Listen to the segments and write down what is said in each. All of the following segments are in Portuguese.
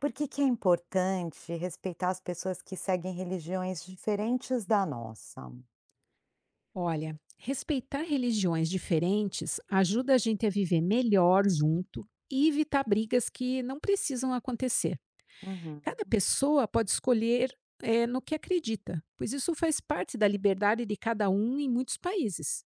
Por que que é importante respeitar as pessoas que seguem religiões diferentes da nossa? Olha, respeitar religiões diferentes ajuda a gente a viver melhor junto e evitar brigas que não precisam acontecer. Uhum. Cada pessoa pode escolher no que acredita, pois isso faz parte da liberdade de cada um em muitos países.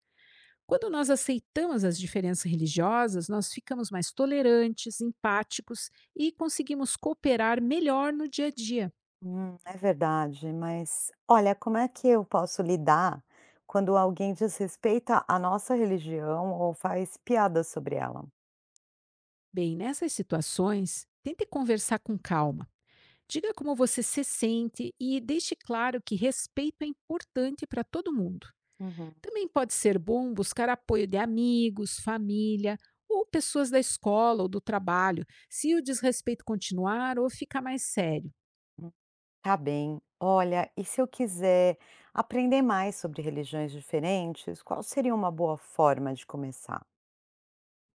Quando nós aceitamos as diferenças religiosas, nós ficamos mais tolerantes, empáticos e conseguimos cooperar melhor no dia a dia. É verdade, mas olha, como é que eu posso lidar quando alguém desrespeita a nossa religião ou faz piada sobre ela? Bem, nessas situações, tente conversar com calma. Diga como você se sente e deixe claro que respeito é importante para todo mundo. Uhum. Também pode ser bom buscar apoio de amigos, família ou pessoas da escola ou do trabalho, se o desrespeito continuar ou ficar mais sério. Hum, tá bem. Olha, e se eu quiser aprender mais sobre religiões diferentes, qual seria uma boa forma de começar?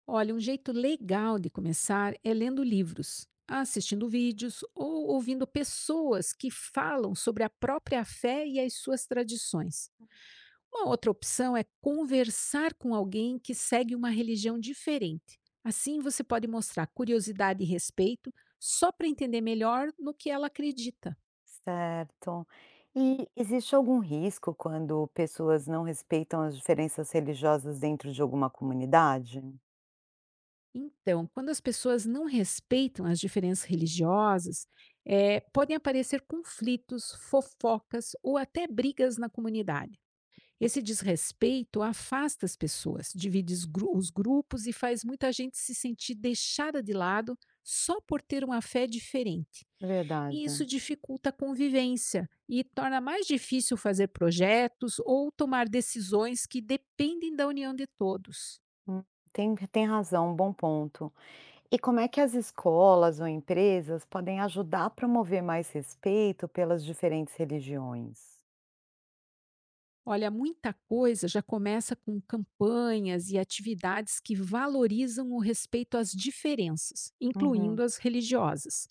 Olha, um jeito legal de começar é lendo livros, assistindo vídeos ou ouvindo pessoas que falam sobre a própria fé e as suas tradições. Uma outra opção é conversar com alguém que segue uma religião diferente. Assim você pode mostrar curiosidade e respeito só para entender melhor no que ela acredita. Certo. E existe algum risco quando pessoas não respeitam as diferenças religiosas dentro de alguma comunidade? Então, quando as pessoas não respeitam as diferenças religiosas, podem aparecer conflitos, fofocas ou até brigas na comunidade. Esse desrespeito afasta as pessoas, divide os grupos e faz muita gente se sentir deixada de lado só por ter uma fé diferente. E Verdade. isso dificulta a convivência e torna mais difícil fazer projetos ou tomar decisões que dependem da união de todos. Hum, tem razão, um bom ponto. E como é que as escolas ou empresas podem ajudar a promover mais respeito pelas diferentes religiões? Olha, muita coisa já começa com campanhas e atividades que valorizam o respeito às diferenças, Uhum, incluindo as religiosas.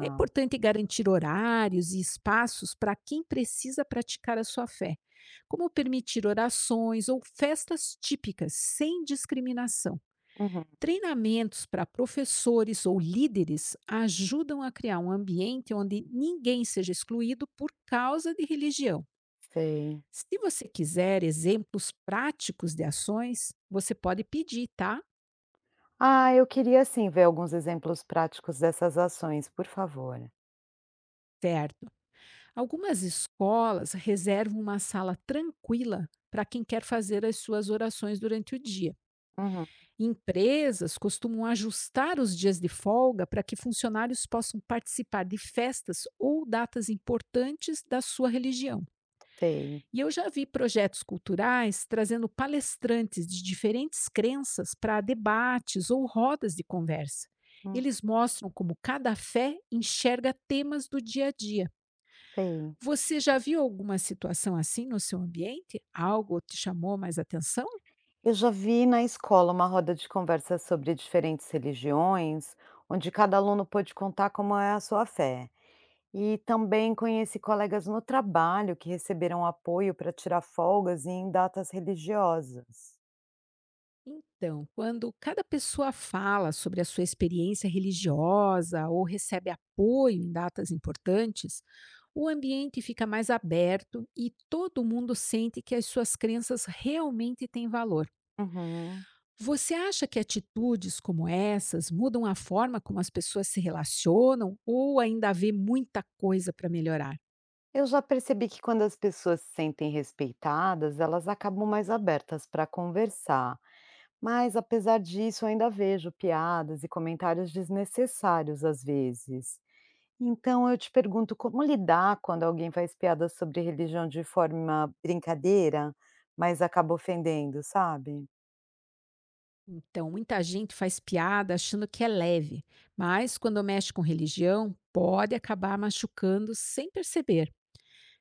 É importante garantir horários e espaços para quem precisa praticar a sua fé, como permitir orações ou festas típicas sem discriminação. Uhum, Treinamentos para professores ou líderes ajudam a criar um ambiente onde ninguém seja excluído por causa de religião. sei. Se você quiser exemplos práticos de ações, você pode pedir, tá? Ah, eu queria sim ver alguns exemplos práticos dessas ações, por favor. Certo. Algumas escolas reservam uma sala tranquila para quem quer fazer as suas orações durante o dia. Uhum, Empresas costumam ajustar os dias de folga para que funcionários possam participar de festas ou datas importantes da sua religião. sei. E eu já vi projetos culturais trazendo palestrantes de diferentes crenças para debates ou rodas de conversa. Hum, Eles mostram como cada fé enxerga temas do dia a dia. sei. Você já viu alguma situação assim no seu ambiente? Algo te chamou mais atenção? Eu já vi na escola uma roda de conversa sobre diferentes religiões, onde cada aluno pôde contar como é a sua fé. E também conheci colegas no trabalho que receberam apoio para tirar folgas e em datas religiosas. Então, quando cada pessoa fala sobre a sua experiência religiosa ou recebe apoio em datas importantes, o ambiente fica mais aberto e todo mundo sente que as suas crenças realmente têm valor. Uhum. Você acha que atitudes como essas mudam a forma como as pessoas se relacionam ou ainda vê muita coisa para melhorar? Eu já percebi que quando as pessoas se sentem respeitadas, elas acabam mais abertas para conversar. Mas apesar disso, ainda vejo piadas e comentários desnecessários às vezes. Então eu te pergunto como lidar quando alguém faz piada sobre religião de forma brincadeira, mas acaba ofendendo, sabe? Então, muita gente faz piada achando que é leve, mas quando mexe com religião, pode acabar machucando sem perceber.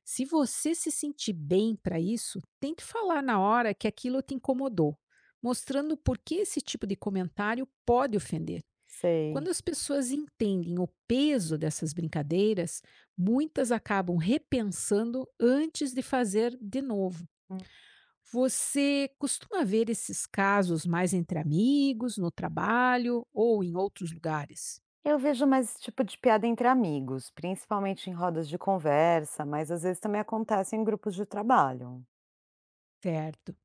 Se você se sentir bem para isso, tente falar na hora que aquilo te incomodou, mostrando por que esse tipo de comentário pode ofender. Quando Sei. as pessoas entendem o peso dessas brincadeiras, muitas acabam repensando antes de fazer de novo. Hum. Você costuma ver esses casos mais entre amigos, no trabalho ou em outros lugares? Eu vejo mais esse tipo de piada entre amigos, principalmente em rodas de conversa, mas às vezes também acontece em grupos de trabalho. Certo.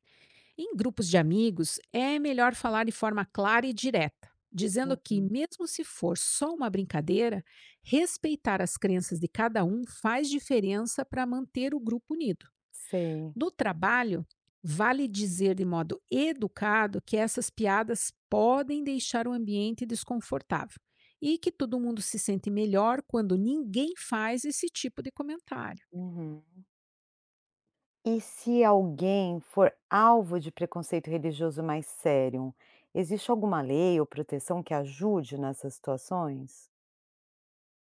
Em grupos de amigos, é melhor falar de forma clara e direta, dizendo que, Uhum. mesmo se for só uma brincadeira, respeitar as crenças de cada um faz diferença para manter o grupo unido. Sei. No trabalho, vale dizer de modo educado que essas piadas podem deixar o ambiente desconfortável e que todo mundo se sente melhor quando ninguém faz esse tipo de comentário. Uhum. E se alguém for alvo de preconceito religioso mais sério, existe alguma lei ou proteção que ajude nessas situações?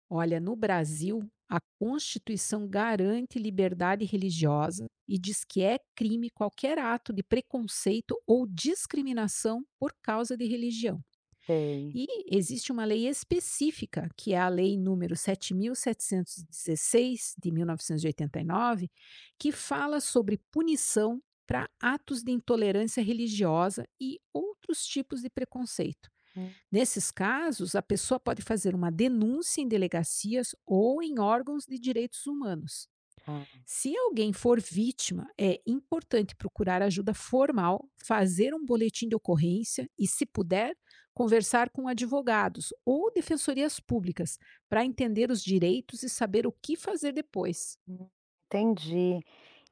Olha, no Brasil, a Constituição garante liberdade religiosa e diz que é crime qualquer ato de preconceito ou discriminação por causa de religião. Sei. E existe uma lei específica, que é a Lei número 7.716 de mil novecentos e oitenta e nove, que fala sobre punição para atos de intolerância religiosa e outros tipos de preconceito. Hum. Nesses casos, a pessoa pode fazer uma denúncia em delegacias ou em órgãos de direitos humanos. Tá. Se alguém for vítima, é importante procurar ajuda formal, fazer um boletim de ocorrência e, se puder, conversar com advogados ou defensorias públicas para entender os direitos e saber o que fazer depois. Hum, entendi.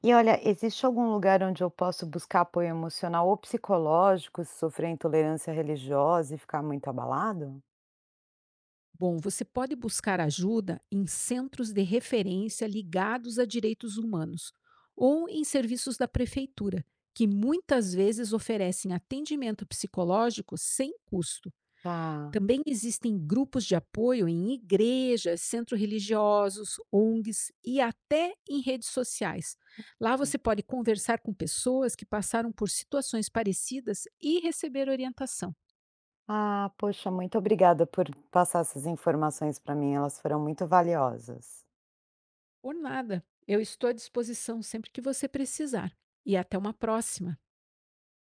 E olha, existe algum lugar onde eu posso buscar apoio emocional ou psicológico se sofrer intolerância religiosa e ficar muito abalado? Bom, você pode buscar ajuda em centros de referência ligados a direitos humanos ou em serviços da prefeitura, que muitas vezes oferecem atendimento psicológico sem custo. Tá. Também existem grupos de apoio em igrejas, centros religiosos, ONGs e até em redes sociais. Lá você pode conversar com pessoas que passaram por situações parecidas e receber orientação. Ah, poxa, muito obrigada por passar essas informações para mim, elas foram muito valiosas. Por nada, eu estou à disposição sempre que você precisar. E até uma próxima!